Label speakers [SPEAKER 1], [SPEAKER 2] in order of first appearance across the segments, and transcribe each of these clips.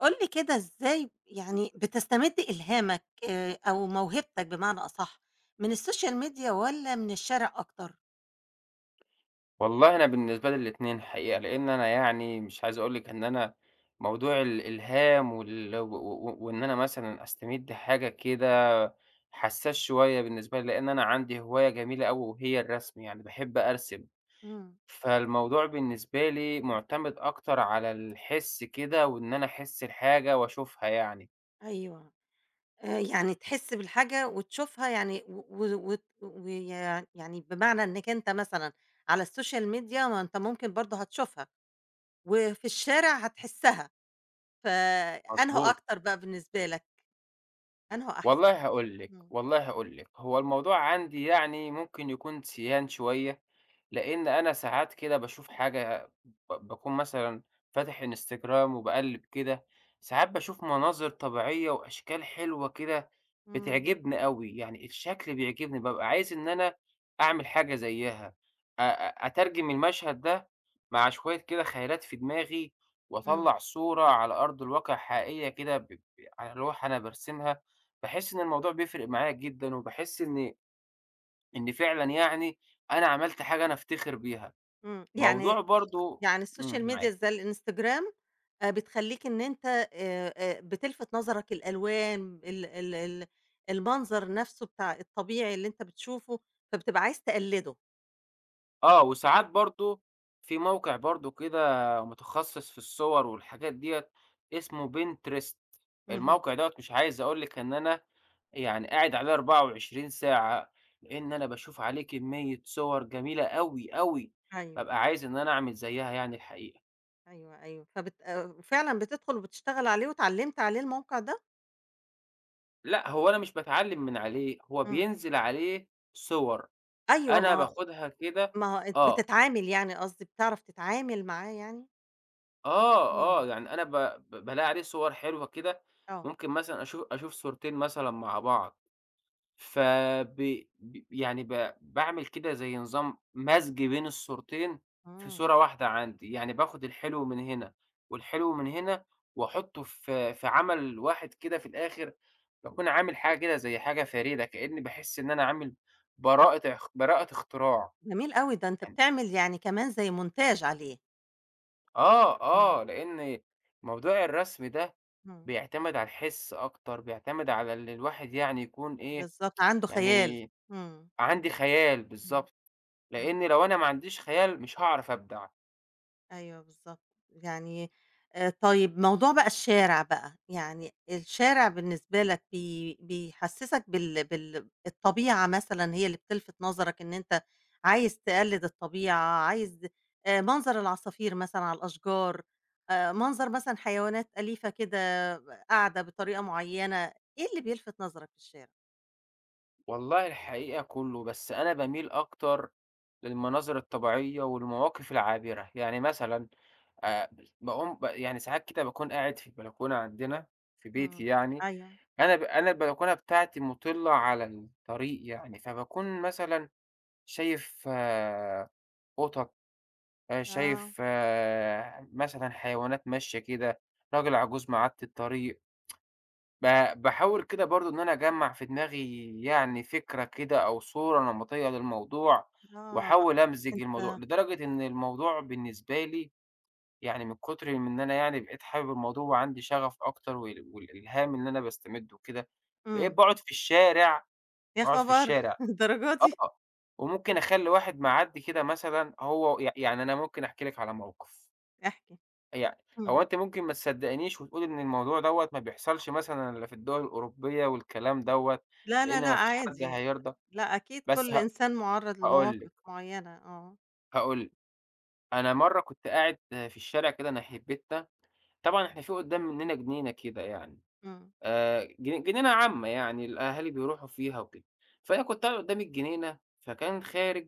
[SPEAKER 1] قُل لي كده إزاي يعني بتستمد إلهامك أو موهبتك بمعنى أصح، من السوشيال ميديا والّا من الشارع أكتر؟
[SPEAKER 2] والله أنا بالنسبة لي الاتنين حقيقة، لإن أنا مش عايز أقول لِك إن أنا موضوع الإلهام وال و و وإن أنا مثلًا أستمد حاجة كده حساس شوية بالنسبة لي، لإن أنا عندي هواية جميلة أوي وهي الرسم، يعني باحب أرسم،
[SPEAKER 1] إمم.
[SPEAKER 2] فالموضوع بالنسبة لي مُعتمد أكتر على الحِس كده وإن أنا أحس الحاجة وأشوفها يعني.
[SPEAKER 1] أيوه. يعني تحس بالحاجة وتشوفها يعني و و وت ويع يعني بمعنى إنّك أنت مثلًا على السوشيال ميديا ما أنت ممكن برضه هتشوفها، وفي الشارع هتحسّها، فأنهو
[SPEAKER 2] مضبوط.
[SPEAKER 1] أكتر بقى بالنسبة لك، أنهو أحسن؟
[SPEAKER 2] والله هاقول لِك،
[SPEAKER 1] إمم.
[SPEAKER 2] والله هاقول لِك، هو الموضوع عندي يعني ممكن يكون سيان شوية. لإن أنا ساعات كده باشوف حاجة باكون مثلًا فاتح إنستجرام وباقلِّب كده، ساعات باشوف مناظر طبيعية وأشكال حلوة كده
[SPEAKER 1] إمم،
[SPEAKER 2] بتعجبني أوي، يعني الشكل بيعجبني، بابقى عايز إن أنا أعمل حاجة زيّها، أ أ أترجم المشهد ده مع شوية كده خيالات في دماغي
[SPEAKER 1] إمم.
[SPEAKER 2] وأطلّع صورة على أرض الواقع حقيقية كده ب ب على لوحة أنا بارسمها، باحس إن الموضوع بيفرق معايا جدًا وباحس إن فعلًا يعني أنا عملت حاجة أنا أفتخر بيها.
[SPEAKER 1] إمم.
[SPEAKER 2] موضوع
[SPEAKER 1] يعني
[SPEAKER 2] برضه
[SPEAKER 1] السوشيال
[SPEAKER 2] إمم،
[SPEAKER 1] ميديا
[SPEAKER 2] معاك.
[SPEAKER 1] زي الإنستجرام بتخلّيك إن أنت بتلفت نظرك الألوان، ال ال ال المنظر نَفْسه بتاع الطبيعي اللي أنت بتشوفه، فبتبقى عايز تقلّده.
[SPEAKER 2] آه، وساعات برضه في موقع برضه كده متخصص في الصور والحاجات ديّة اسمه Pinterest،
[SPEAKER 1] اهم.
[SPEAKER 2] الموقع دوّة مش عايز أقول لِك إن أنا يعني قاعد عليه 24 ساعة، لإن أنا باشوف عليه كمية صور جميلة أوي، أوي، بابقى
[SPEAKER 1] أيوه،
[SPEAKER 2] عايز إن أنا أعمل زيّها يعني الحقيقة.
[SPEAKER 1] أيوه، أيوه. فبت آه، فعلًا بتدخُل وبتشتغل عليه واتعلّمت عليه الموقع ده؟
[SPEAKER 2] لأ، هو أنا مش باتعلّم من عليه، هو
[SPEAKER 1] إمم.
[SPEAKER 2] بينزل عليه صور،
[SPEAKER 1] أيوه،
[SPEAKER 2] أنا
[SPEAKER 1] ما
[SPEAKER 2] باخدها كده
[SPEAKER 1] ما أت
[SPEAKER 2] آه.
[SPEAKER 1] بتتعامل يعني قصدي، بتعرف تتعامل معاه يعني؟
[SPEAKER 2] آه،
[SPEAKER 1] إمم.
[SPEAKER 2] آه، يعني أنا ب ب بالاقي عليه صور حلوة كده،
[SPEAKER 1] آه.
[SPEAKER 2] ممكن مثلًا أشوف صورتين مثلًا مع بعض، فب ب يعني ب باعمل كده زي نظام مزج بين الصورتين في
[SPEAKER 1] إمم.
[SPEAKER 2] صورة واحدة عندي، يعني باخد الحلو من هنا والحلو من هنا وأحطه في عمل واحد كده في الآخر، باكون عامل حاجة كده زي حاجة فريدة، كأني باحس إن أنا عامل براءة اختراع.
[SPEAKER 1] جميل أوي، ده أنت بتعمل يعني كمان زي مونتاج عليه.
[SPEAKER 2] آه،
[SPEAKER 1] إمم.
[SPEAKER 2] آه، لإن موضوع الرسم ده
[SPEAKER 1] إمم.
[SPEAKER 2] بيعتمد على الحِس أكتر، بيعتمد على اللي الواحد يعني يكون إيه،
[SPEAKER 1] بالضبط، عنده خيال.
[SPEAKER 2] يعني
[SPEAKER 1] إمم،
[SPEAKER 2] عندي خيال
[SPEAKER 1] إمم،
[SPEAKER 2] بالضبط،
[SPEAKER 1] إمم،
[SPEAKER 2] لإن لو أنا ما عنديش خيال مش هاعرف أبدع.
[SPEAKER 1] أيوه بالضبط، يعني طيب موضوع بقى الشارع بقى، يعني الشارع بالنسبة لك بيحسّسك بال الطبيعة مثلًا هي اللي بتلفت نظرك إن أنت عايز تقلّد الطبيعة، عايز منظر العصافير مثلًا على الأشجار، منظر مثلًا حيوانات أليفة كده قاعدة بطريقة معيّنة، إيه اللي بيلفت نظرك في الشارع؟
[SPEAKER 2] والله الحقيقة كُلّه، بس أنا باميل أكتر للمناظر الطبيعية والمواقف العابرة، يعني مثلًا آآ باقوم ب يعني ساعات كده باكون قاعد في البلكونة عندنا في بيتي
[SPEAKER 1] إمم،
[SPEAKER 2] يعني،
[SPEAKER 1] أيوه،
[SPEAKER 2] أنا البلكونة بتاعتي مُطِلّة على الطريق يعني، فباكون مثلًا شايف آه، قطط،
[SPEAKER 1] آه،
[SPEAKER 2] شايف آه، مثلًا حيوانات ماشية كده، راجل عجوز معدّي الطريق، ب باحاول كده برضه إن أنا أجمّع في دماغي يعني فكرة كده أو صورة نمطية للموضوع،
[SPEAKER 1] آه،
[SPEAKER 2] وأحاول أمزج الموضوع،
[SPEAKER 1] أنت
[SPEAKER 2] لدرجة إن الموضوع بالنسبة لي يعني من كتر إن أنا يعني بقيت حابب الموضوع وعندي شغف أكتر وال والإلهام اللي أنا باستمده وكده، بقيت
[SPEAKER 1] إمم.
[SPEAKER 2] باقعد في الشارع،
[SPEAKER 1] يا
[SPEAKER 2] باقعد في
[SPEAKER 1] خبر!
[SPEAKER 2] الشارع
[SPEAKER 1] للدرجة دي!
[SPEAKER 2] آه، وممكن أخلّي واحد معدّي كده مثلًا هو ي يعني أنا ممكن أحكي لِك على موقف،
[SPEAKER 1] احكِ.
[SPEAKER 2] يعني
[SPEAKER 1] إمم.
[SPEAKER 2] هو أنتِ ممكن ما تصدّقينيش وتقولي إن الموضوع دوّة ما بيحصلش مثلًا إلا في الدول الأوروبية والكلام دوّة،
[SPEAKER 1] لا،
[SPEAKER 2] لإن
[SPEAKER 1] لا، لأ
[SPEAKER 2] ما فيش حد
[SPEAKER 1] عادي.
[SPEAKER 2] هيرضى،
[SPEAKER 1] لأ أكيد
[SPEAKER 2] بس
[SPEAKER 1] كل
[SPEAKER 2] ه
[SPEAKER 1] إنسان مُعرّض
[SPEAKER 2] هاقول
[SPEAKER 1] لمواقف
[SPEAKER 2] لِك،
[SPEAKER 1] معيّنة آه.
[SPEAKER 2] هاقول لِك، أنا مرّة كنت قاعد في الشارع كده ناحية بيتنا، طبعًا إحنا في قدّام مننا جنينة كده يعني،
[SPEAKER 1] إمم.
[SPEAKER 2] ج جنينة عامة يعني الأهالي بيروحوا فيها وكده، فأنا كنت قاعد قدّام الجنينة، فكان خارج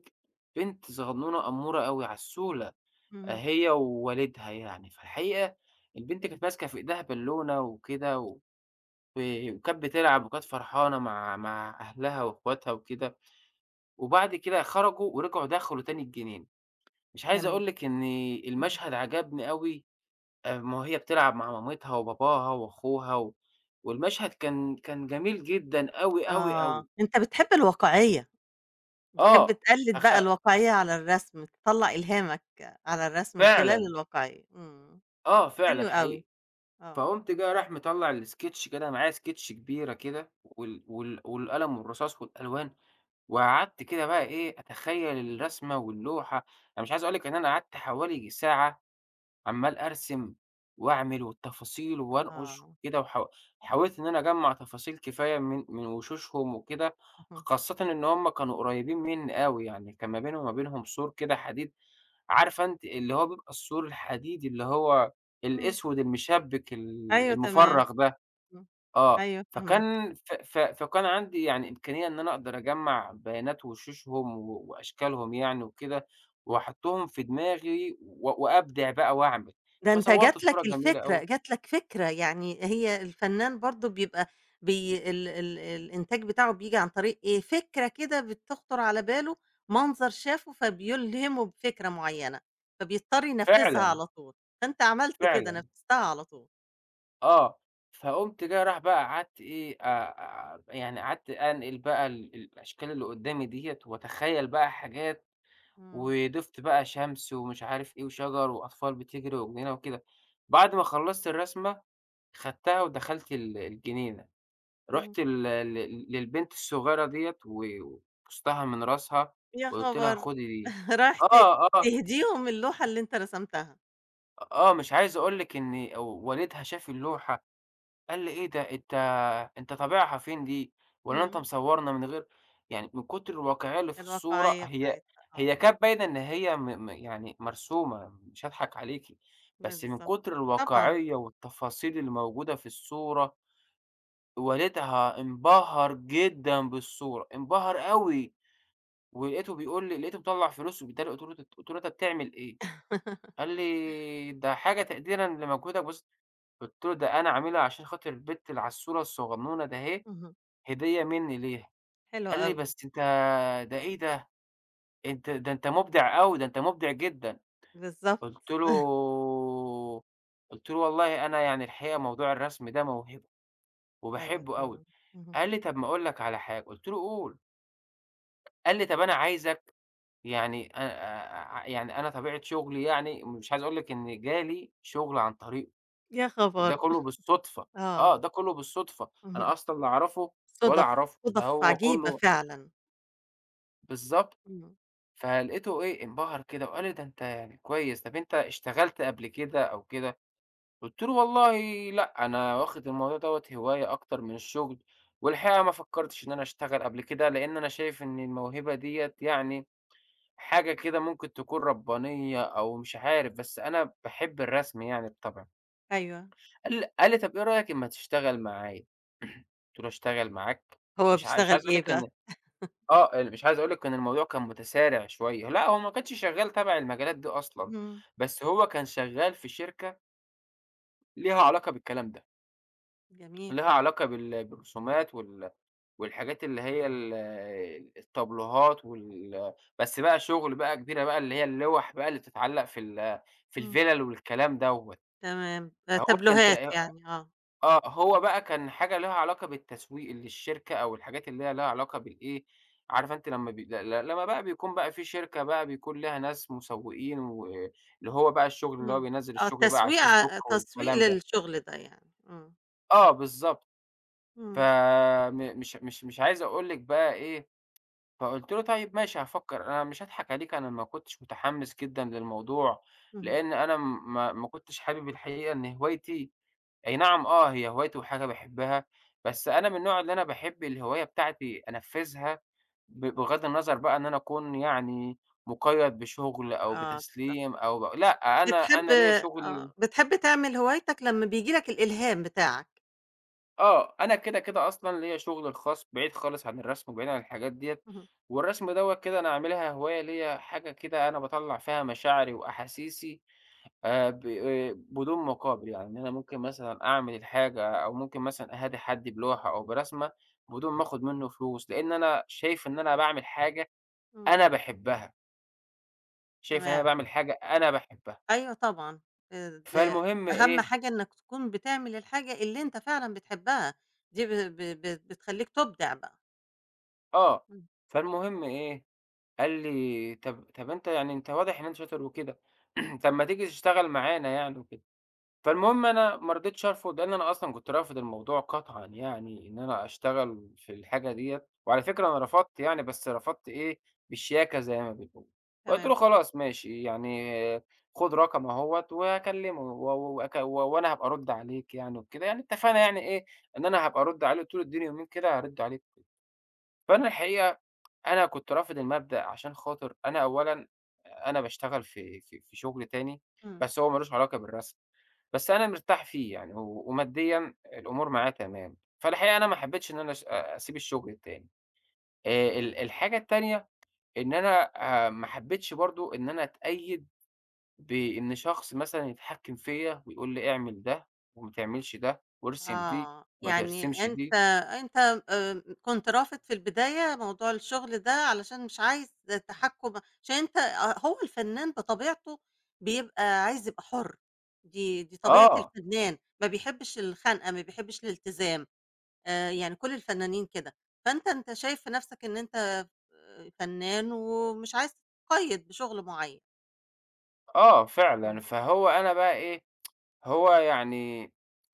[SPEAKER 2] بنت صغنونة أمورة أوي عسولة.
[SPEAKER 1] اهم.
[SPEAKER 2] هي ووالدها يعني، فالحقيقة البنت كانت ماسكة في إيدها بالونة وكده و وكانت بتلعب وكانت فرحانة مع أهلها وأخواتها وكده، وبعد كده خرجوا ورجعوا دخلوا تاني الجنينة، مش عايز
[SPEAKER 1] جميل.
[SPEAKER 2] أقول لِك إن
[SPEAKER 1] اهم.
[SPEAKER 2] المشهد عجبني أوي، ما وهي بتلعب مع مامتها وباباها وأخوها والمشهد كان جميل جدًا أوي، أوي،
[SPEAKER 1] آه.
[SPEAKER 2] أوي.
[SPEAKER 1] أنت بتحب الواقعية. بتحب
[SPEAKER 2] آه،
[SPEAKER 1] تقلِّد
[SPEAKER 2] أخ
[SPEAKER 1] بقى الواقعية على الرسم، تطلّع إلهامك على الرسم من خلال
[SPEAKER 2] فعلًا،
[SPEAKER 1] الواقعية. إمم.
[SPEAKER 2] آه، فعلًا
[SPEAKER 1] حلو أوي.
[SPEAKER 2] حقيقي.
[SPEAKER 1] آه.
[SPEAKER 2] فقُمت جاي رايح مطلّع الsketch كده معايا sketch كبيرة كده والقلم والرصاص والألوان، وقعدت كده بقى إيه، أتخيّل الرسمة واللوحة، أنا مش عايز أقول لِك إن أنا قعدت حوالي ساعة عمّال أرسم وأعمل والتفاصيل وأنقش
[SPEAKER 1] آه.
[SPEAKER 2] وكده، حاولت إن أنا أجمّع تفاصيل كفاية من وشوشهم وكده،
[SPEAKER 1] اهم.
[SPEAKER 2] خاصةً إن هُم كانوا قريبين منّي أوي، يعني كان ما بيني وما بينهم سور كده حديد، عارفة أنتِ اللي هو بيبقى السور الحديدي اللي هو
[SPEAKER 1] إمم.
[SPEAKER 2] الأسود المشبِّك
[SPEAKER 1] أيوه تمام.
[SPEAKER 2] المُفرَّغ ده،
[SPEAKER 1] إمم.
[SPEAKER 2] آه،
[SPEAKER 1] أيوه فاهماك.
[SPEAKER 2] فكان ف ف فكان عندي يعني إمكانية إن أنا أقدر أجمّع بيانات وشوشهم و وأشكالهم يعني وكده، وأحطّهم في دماغي و وأبدع بقى وأعمل،
[SPEAKER 1] ده أنت
[SPEAKER 2] فصوّرت
[SPEAKER 1] جات
[SPEAKER 2] صورة
[SPEAKER 1] لك
[SPEAKER 2] جميلة أوي.
[SPEAKER 1] الفكرة، جات لك فكرة، يعني هي الفنان برضه بيبقى بي ال ال الإنتاج بتاعه بييجي عن طريق إيه، فكرة كده بتخطر على باله، منظر شافه فبيلهمه بفكرة معيّنة، فبيضطر ينفذها
[SPEAKER 2] فعلًا،
[SPEAKER 1] على طول، فأنت عملت كده
[SPEAKER 2] فعلًا،
[SPEAKER 1] نفذتها على طول.
[SPEAKER 2] آه، فقُمت جاي رايح بقى قعدت إيه، قعدت أنقل بقى الأشكال اللي قدّامي ديّة وأتخيّل بقى حاجات
[SPEAKER 1] إمم،
[SPEAKER 2] وضفت بقى شمس ومش عارف إيه وشجر وأطفال بتجري وجنينة وكده. بعد ما خلّصت الرسمة، خدتها ودخلت الجنينة،
[SPEAKER 1] اهم،
[SPEAKER 2] رُحت ل ل للبنت الصغيرة ديّة و وبوستها من راسها
[SPEAKER 1] يا
[SPEAKER 2] وقُلت لها
[SPEAKER 1] خبر!
[SPEAKER 2] خدي دي.
[SPEAKER 1] رايح
[SPEAKER 2] آه، آه،
[SPEAKER 1] تهديهم اللوحة اللي أنت رسمتها،
[SPEAKER 2] آه، مش عايز أقول لِك إن والدها شاف اللوحة قال لي: "إيه ده أنت أنت طابعها فين دي، والّا أنت
[SPEAKER 1] إمم،
[SPEAKER 2] مصورنا من غير" يعني من كتر الواقعية اللي في الصورة
[SPEAKER 1] الواقعية
[SPEAKER 2] هي،
[SPEAKER 1] بتاعتها، آه،
[SPEAKER 2] كانت باينة إن هي م م يعني مرسومة، مش هاضحك عليكِ، بس من
[SPEAKER 1] بالضبط،
[SPEAKER 2] كتر
[SPEAKER 1] طبعًا،
[SPEAKER 2] الواقعية والتفاصيل اللي موجودة في الصورة، والدها انبهر جدًا بالصورة، انبهر أوي، ولقيته بيقول لي، لقيته مطلّع فلوس وبيدّيها لي، قُلت له: "أنت بتعمل إيه؟" قال لي: "ده حاجة تقديرًا لمجهودك بس". قُلت له: "ده أنا عاملها عشان خاطر البت اللي على الصورة الصغنونة دهي
[SPEAKER 1] اهم،
[SPEAKER 2] هدية منّي ليه".
[SPEAKER 1] حلو
[SPEAKER 2] قال لي:
[SPEAKER 1] أوي،
[SPEAKER 2] "بس أنت ده إيه ده، أنت ده أنت مُبدع أوي، ده أنت مُبدع جدًا."
[SPEAKER 1] بالضبط.
[SPEAKER 2] قُلت له قُلت له: "والله أنا يعني الحقيقة موضوع الرسم ده موهبة
[SPEAKER 1] أيوه
[SPEAKER 2] وباحبّه أوي."
[SPEAKER 1] طبعًا، اهم.
[SPEAKER 2] قال لي: "طب ما أقول لك على حاجة." قُلت له: "قُل." قال لي: "طب أنا عايزك يعني، أ أ يعني أنا طبيعة شُغلي يعني، مش عايز أقول لك إن جالي شُغل عن طريقه
[SPEAKER 1] يا
[SPEAKER 2] وده
[SPEAKER 1] خبر!
[SPEAKER 2] كُلّه بالصُدفة." آه،
[SPEAKER 1] آه،
[SPEAKER 2] ده كُلّه بالصُدفة،
[SPEAKER 1] اهم.
[SPEAKER 2] أنا أصلًا لا أعرفه ولا
[SPEAKER 1] صُدف،
[SPEAKER 2] أعرفه، ده
[SPEAKER 1] صُدف
[SPEAKER 2] هو
[SPEAKER 1] عجيبة
[SPEAKER 2] كُلّه
[SPEAKER 1] فعلًا.
[SPEAKER 2] بالضبط.
[SPEAKER 1] إمم،
[SPEAKER 2] فلقيته إيه، انبهر كده وقال لي: "ده أنت يعني كويس، طب أنت اشتغلت قبل كده أو كده؟" قُلت له: "والله لأ، أنا واخد الموضوع دوّة هواية أكتر من الشغل، والحقيقة ما فكّرتش إن أنا أشتغل قبل كده، لإن أنا شايف إن الموهبة ديّة يعني حاجة كده ممكن تكون ربّانية أو مش عارف، بس أنا باحب الرسم يعني بطبعي."
[SPEAKER 1] أيوه.
[SPEAKER 2] قال لي: "طب إيه رأيك أمّا تشتغل معايا؟" قُلت له: "أشتغل معاك؟"
[SPEAKER 1] هو
[SPEAKER 2] مش
[SPEAKER 1] بيشتغل
[SPEAKER 2] عايز أقول
[SPEAKER 1] إيه
[SPEAKER 2] لِك
[SPEAKER 1] بقى؟
[SPEAKER 2] إن آه، مش عايز أقول لِك إن الموضوع كان متسارع شوية، لأ هو ما كانش شغّال تبع المجالات دي أصلًا،
[SPEAKER 1] إمم،
[SPEAKER 2] بس هو كان شغّال في شركة ليها علاقة بالكلام ده،
[SPEAKER 1] جميل.
[SPEAKER 2] ليها علاقة بالرسومات وال والحاجات اللي هي الطابلوهات وال بس بقى شغل بقى كبيرة بقى اللي هي اللوَح بقى اللي بتتعلّق في
[SPEAKER 1] إمم،
[SPEAKER 2] الفِلَل والكلام دوّة،
[SPEAKER 1] تمام.
[SPEAKER 2] فهو كان ت
[SPEAKER 1] تابلوهات يعني آه.
[SPEAKER 2] آه، هو بقى كان حاجة ليها علاقة بالتسويق للشركة أو الحاجات اللي هي ليها علاقة بالإيه، عارف أنت لمّا بي ل ل لمّا بقى بيكون بقى في شركة بقى بيكون ليها ناس مسوّقين و اللي هو بقى الشغل اللي هو
[SPEAKER 1] إمم.
[SPEAKER 2] بينزّل
[SPEAKER 1] آه،
[SPEAKER 2] الشغل بقى على الفيسبوك
[SPEAKER 1] تسويق
[SPEAKER 2] والكلام ده.
[SPEAKER 1] للشغل ده يعني. إمم،
[SPEAKER 2] آه، بالضبط. ف
[SPEAKER 1] إمم،
[SPEAKER 2] م مش مش مش عايز أقول لِك بقى إيه، فقُلت له: "طيب ماشي هافكّر." أنا مش هاضحك عليكِ، أنا ما كنتش متحمّس جدًا للموضوع،
[SPEAKER 1] اهم.
[SPEAKER 2] لإن أنا م ما ما كنتش حابب الحقيقة إن هوايتي أي نعم آه، هي هوايتي وحاجة باحبها، بس أنا من النوع اللي أنا باحب الهواية بتاعتي أنفّذها بغض النظر بقى إن أنا أكون يعني مُقيّد بشغل أو
[SPEAKER 1] آه بالضبط.
[SPEAKER 2] بتسليم أو لأ، أنا
[SPEAKER 1] بتحب
[SPEAKER 2] أنا ليّا شغل.
[SPEAKER 1] بتحب تعمل هوايتك لمّا بييجي لك الإلهام بتاعك.
[SPEAKER 2] آه، أنا كده، كده أصلًا ليّا شغلي الخاص بعيد خالص عن الرسم وبعيد عن الحاجات ديّة،
[SPEAKER 1] اهم،
[SPEAKER 2] والرسم دوّة كده أنا عاملها هواية ليّا، حاجة كده أنا باطلّع فيها مشاعري وأحاسيسي، ب آه، بدون مقابل، يعني إن أنا ممكن مثلًا أعمل الحاجة أو ممكن مثلًا أهادي حد بلوحة أو برسمة بدون ما آخُد منّه فلوس، لإن أنا شايف إن أنا باعمل حاجة
[SPEAKER 1] إمم،
[SPEAKER 2] أنا باحبها، شايف إن أنا
[SPEAKER 1] تمام.
[SPEAKER 2] باعمل حاجة أنا باحبها.
[SPEAKER 1] أيوه طبعًا، ل
[SPEAKER 2] فالمهم
[SPEAKER 1] أهم
[SPEAKER 2] إيه
[SPEAKER 1] حاجة إنك تكون بتعمل الحاجة اللي أنت فعلًا بتحبها، دي ب ب ب بتخلّيك تُبدع بقى.
[SPEAKER 2] آه،
[SPEAKER 1] إمم،
[SPEAKER 2] فالمهم إيه، قال لي: "طَب أنت يعني أنت واضح إن أنت شاطر وكده، طَب ما تيجي تشتغل معانا يعني وكده." فالمهم أنا ما رضيتش أرفض، لإن أنا أصلًا كنت رافض الموضوع قطعًا يعني، إن أنا أشتغل في الحاجة ديّة، وعلى فكرة أنا رفضت يعني، بس رفضت إيه، بالشياكة زي ما بيقولوا، فقُلت له:
[SPEAKER 1] تمام،
[SPEAKER 2] "خلاص ماشي يعني آه، خُد رقمي أهوّة وهاكلمه و و- وأك و وأنا هابقى أرُد عليك يعني وكده." يعني اتفقنا يعني إيه، إن أنا هابقى أرُد عليه، قُلت له: "ادّيني يومين كده هارُد عليك." فأنا الحقيقة أنا كنت رافض المبدأ عشان خاطر، أنا أولًا أنا باشتغل في شغل تاني،
[SPEAKER 1] إمم.
[SPEAKER 2] بس هو ما لوش علاقة بالرسم. بس أنا مرتاح فيه يعني، و وماديًا الأمور معايا تمام، فالحقيقة أنا ما حبيتش إن أنا أش أ أسيب الشغل التاني. ال الحاجة التانية إن أنا ما حبيتش برضه إن أنا أتقيّد بإن شخص مثلًا يتحكّم فيّا ويقول لي اعمل ده وما تعملش ده وارسم دي
[SPEAKER 1] آه،
[SPEAKER 2] وما
[SPEAKER 1] يعني
[SPEAKER 2] ترسمش
[SPEAKER 1] أنت
[SPEAKER 2] دي.
[SPEAKER 1] أنت آآ كنت رافض في البداية موضوع الشغل ده علشان مش عايز تحكُّم عشان أنت آه، هو الفنان بطبيعته بيبقى عايز يبقى حُر، دي طبيعة
[SPEAKER 2] آه،
[SPEAKER 1] الفنان، ما بيحبش الخنقة، ما بيحبش الالتزام، يعني كل الفنانين كده، فأنت شايف في نَفْسك إن أنت فنان ومش عايز تتقيد بشغل معين.
[SPEAKER 2] آه فعلًا.
[SPEAKER 1] إمم،
[SPEAKER 2] فهو أنا بقى إيه هو يعني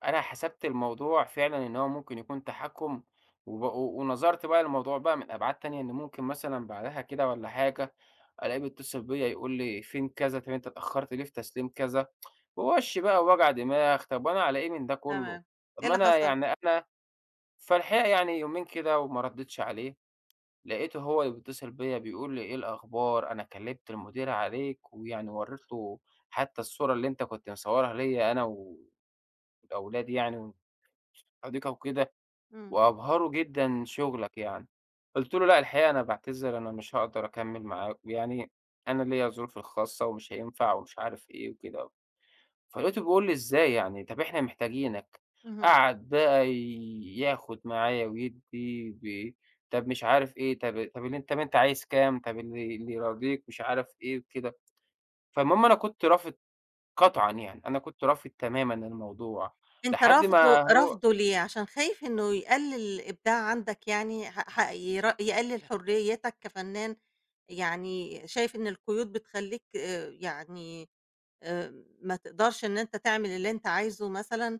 [SPEAKER 2] أنا حسبت الموضوع فعلًا إن هو ممكن يكون تحكُّم، وب و ونظرت بقى للموضوع بقى من أبعاد تانية، إن ممكن مثلًا بعدها كده والّا حاجة، ألاقيه بيتصل بيّا يقول لي: "فين كذا، طب أنت اتأخرت ليه في تسليم كذا؟" ووش بقى ووجع دماغ، طب وأنا على إيه من ده كلّه؟
[SPEAKER 1] تمام.
[SPEAKER 2] طب
[SPEAKER 1] إيه
[SPEAKER 2] ما
[SPEAKER 1] اللي
[SPEAKER 2] أنا
[SPEAKER 1] حصل؟
[SPEAKER 2] يعني أنا فالحقيقة يعني يومين كده وما ردّيتش عليه. لقيته هو اللي بيتصل بيّا بيقول لي: "إيه الأخبار؟ أنا كلّمت المدير عليك." ويعني ورّيت له حتى الصورة اللي أنت كنت مصوّرها ليّا أنا و والأولاد يعني والحديقة وكده،
[SPEAKER 1] إمم،
[SPEAKER 2] وأبهره جدًا شغلك يعني. قُلت له: "لأ الحقيقة أنا باعتذر، أنا مش هاقدر أكمّل معاك، ويعني أنا ليّا ظروفي الخاصة ومش هينفع." ومش عارف إيه وكده. فلقيته بيقول لي: "إزاي يعني؟ طَب إحنا محتاجينك."
[SPEAKER 1] اهم.
[SPEAKER 2] قعد بقى ياخد معايا ويدّي طَب مش عارف إيه، طَب اللي أنت، طَب أنت عايز كام، طَب اللي يراضيك مش عارف إيه وكده. فالمهم أنا كنت رافض قطعًا يعني، أنا كنت رافض تمامًا الموضوع،
[SPEAKER 1] أنت
[SPEAKER 2] لحد ما
[SPEAKER 1] رافضه
[SPEAKER 2] هو
[SPEAKER 1] رافضه ليه؟ عشان خايف إنه يقلل الإبداع عندك يعني ه ح ير يقلل حريتك كفنان، يعني شايف إن القيود بتخلّيك يعني ما تقدرش إن أنت تعمل اللي أنت عايزه مثلًا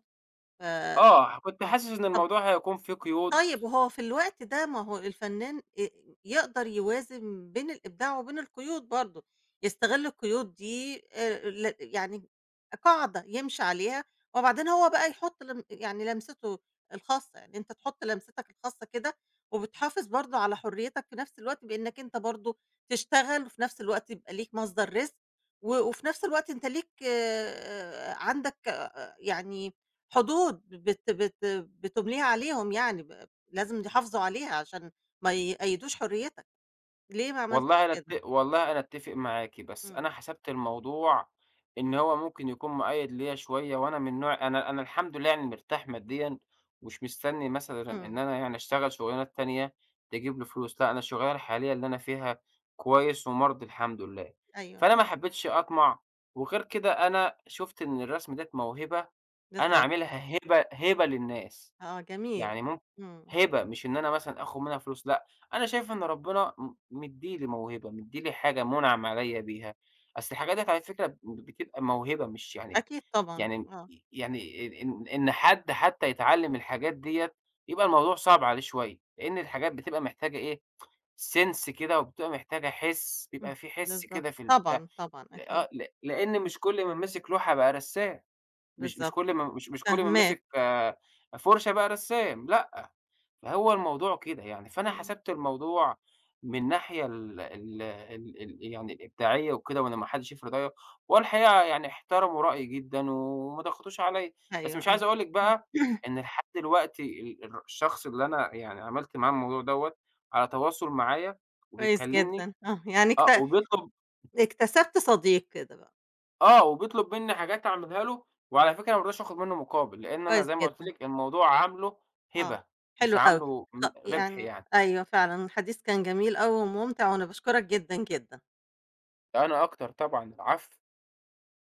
[SPEAKER 1] ف
[SPEAKER 2] آه، كنت
[SPEAKER 1] آه.
[SPEAKER 2] حاسس إن
[SPEAKER 1] طَب
[SPEAKER 2] الموضوع هيكون فيه قيود.
[SPEAKER 1] طيب وهو في الوقت ده ما هو الفنان يقدر يوازن بين الإبداع وبين القيود برضه، يستغل القيود دي ل يعني قاعدة يمشي عليها، وبعدين هو بقى يحط لم يعني لمسته الخاصة، يعني أنت تحط لمستك الخاصة كده، وبتحافظ برضه على حريتك في نفس الوقت بإنك أنت برضه تشتغل، وفي نفس الوقت يبقى ليك مصدر رزق، وفي نفس الوقت أنت ليك عندك آه، يعني حدود بت بت بتمليها عليهم يعني لازم يحافظوا عليها عشان ما يقيّدوش حريتك، ليه ما عملتش كده؟
[SPEAKER 2] والله أنا أتّفق معاكِ، بس
[SPEAKER 1] إمم،
[SPEAKER 2] أنا حسبت الموضوع إن هو ممكن يكون مُقيّد ليّا شوية، وأنا من نوع، أنا الحمد لله يعني مرتاح ماديًا، ومش مستني مثلًا إن
[SPEAKER 1] إمم،
[SPEAKER 2] أنا يعني أشتغل شُغلانات تانية تجيب لي فلوس، لأ أنا الشُغلانة الحالية اللي أنا فيها كويس ومرضي الحمد لله،
[SPEAKER 1] أيوه،
[SPEAKER 2] فأنا ما حبيتش أطمع، وغير كده أنا شُفت إن الرسم ديّة موهبة أنا
[SPEAKER 1] بالضبط،
[SPEAKER 2] عاملها هبة، للناس.
[SPEAKER 1] آه جميل،
[SPEAKER 2] يعني
[SPEAKER 1] إمم،
[SPEAKER 2] هبة، مش إن أنا مثلًا آخُد منها فلوس لأ، أنا شايف إن ربنا مدّي لي موهبة، مدّي لي حاجة مُنعم عليّا بيها، أصل الحاجات ديّة على فكرة بتبقى موهبة مش يعني،
[SPEAKER 1] أكيد طبعًا،
[SPEAKER 2] يعني
[SPEAKER 1] آه،
[SPEAKER 2] إن حد حتى يتعلّم الحاجات ديّة، يبقى الموضوع صعب عليه شوية، لإن الحاجات بتبقى محتاجة إيه، sense كده وبتبقى محتاجة حِس، بيبقى
[SPEAKER 1] إمم،
[SPEAKER 2] في حِس
[SPEAKER 1] بالضبط،
[SPEAKER 2] كده في البتاع،
[SPEAKER 1] طبعًا، طبعًا أكيد،
[SPEAKER 2] آه، لإن مش كل من مسك لوحة بقى رسّام، مش مش
[SPEAKER 1] بالضبط،
[SPEAKER 2] كل ما مش مش كل من
[SPEAKER 1] فاهماك،
[SPEAKER 2] مسك آه، فُرشة بقى رسّام، لأ. فهو الموضوع كده يعني، فأنا
[SPEAKER 1] إمم،
[SPEAKER 2] حسبت الموضوع من ناحية ال ال ال ال يعني الإبداعية وكده، وإن ما حدش يفرض رأيه، هو الحقيقة يعني احترموا رأيي جدًا وما ضغطوش عليَّ، بس
[SPEAKER 1] أيوه،
[SPEAKER 2] مش عايز
[SPEAKER 1] أيوه،
[SPEAKER 2] أقول لِك بقى إن لحد دلوقتي ال الر الشخص اللي أنا يعني عملت معاه الموضوع دوّة على تواصل معايا
[SPEAKER 1] كويس
[SPEAKER 2] وبيكلمني
[SPEAKER 1] جدًا، آه، يعني
[SPEAKER 2] آه، وبيطلب
[SPEAKER 1] اكتسبت صديق كده بقى،
[SPEAKER 2] آه، وبيطلب مني حاجات أعملها له، وعلى فكرة أنا ما رضيتش آخد منه مقابل، لأن أنا
[SPEAKER 1] كويس
[SPEAKER 2] زي ما قُلت
[SPEAKER 1] جدًا،
[SPEAKER 2] لِك الموضوع عامله
[SPEAKER 1] آه،
[SPEAKER 2] هبة، مش
[SPEAKER 1] حلو أوي،
[SPEAKER 2] عامله ربح
[SPEAKER 1] يعني
[SPEAKER 2] يعني.
[SPEAKER 1] أيوه فعلًا الحديث كان جميل أوي وممتع وأنا باشكرك جدًا، جدًا.
[SPEAKER 2] أنا أكتر طبعًا، العفو.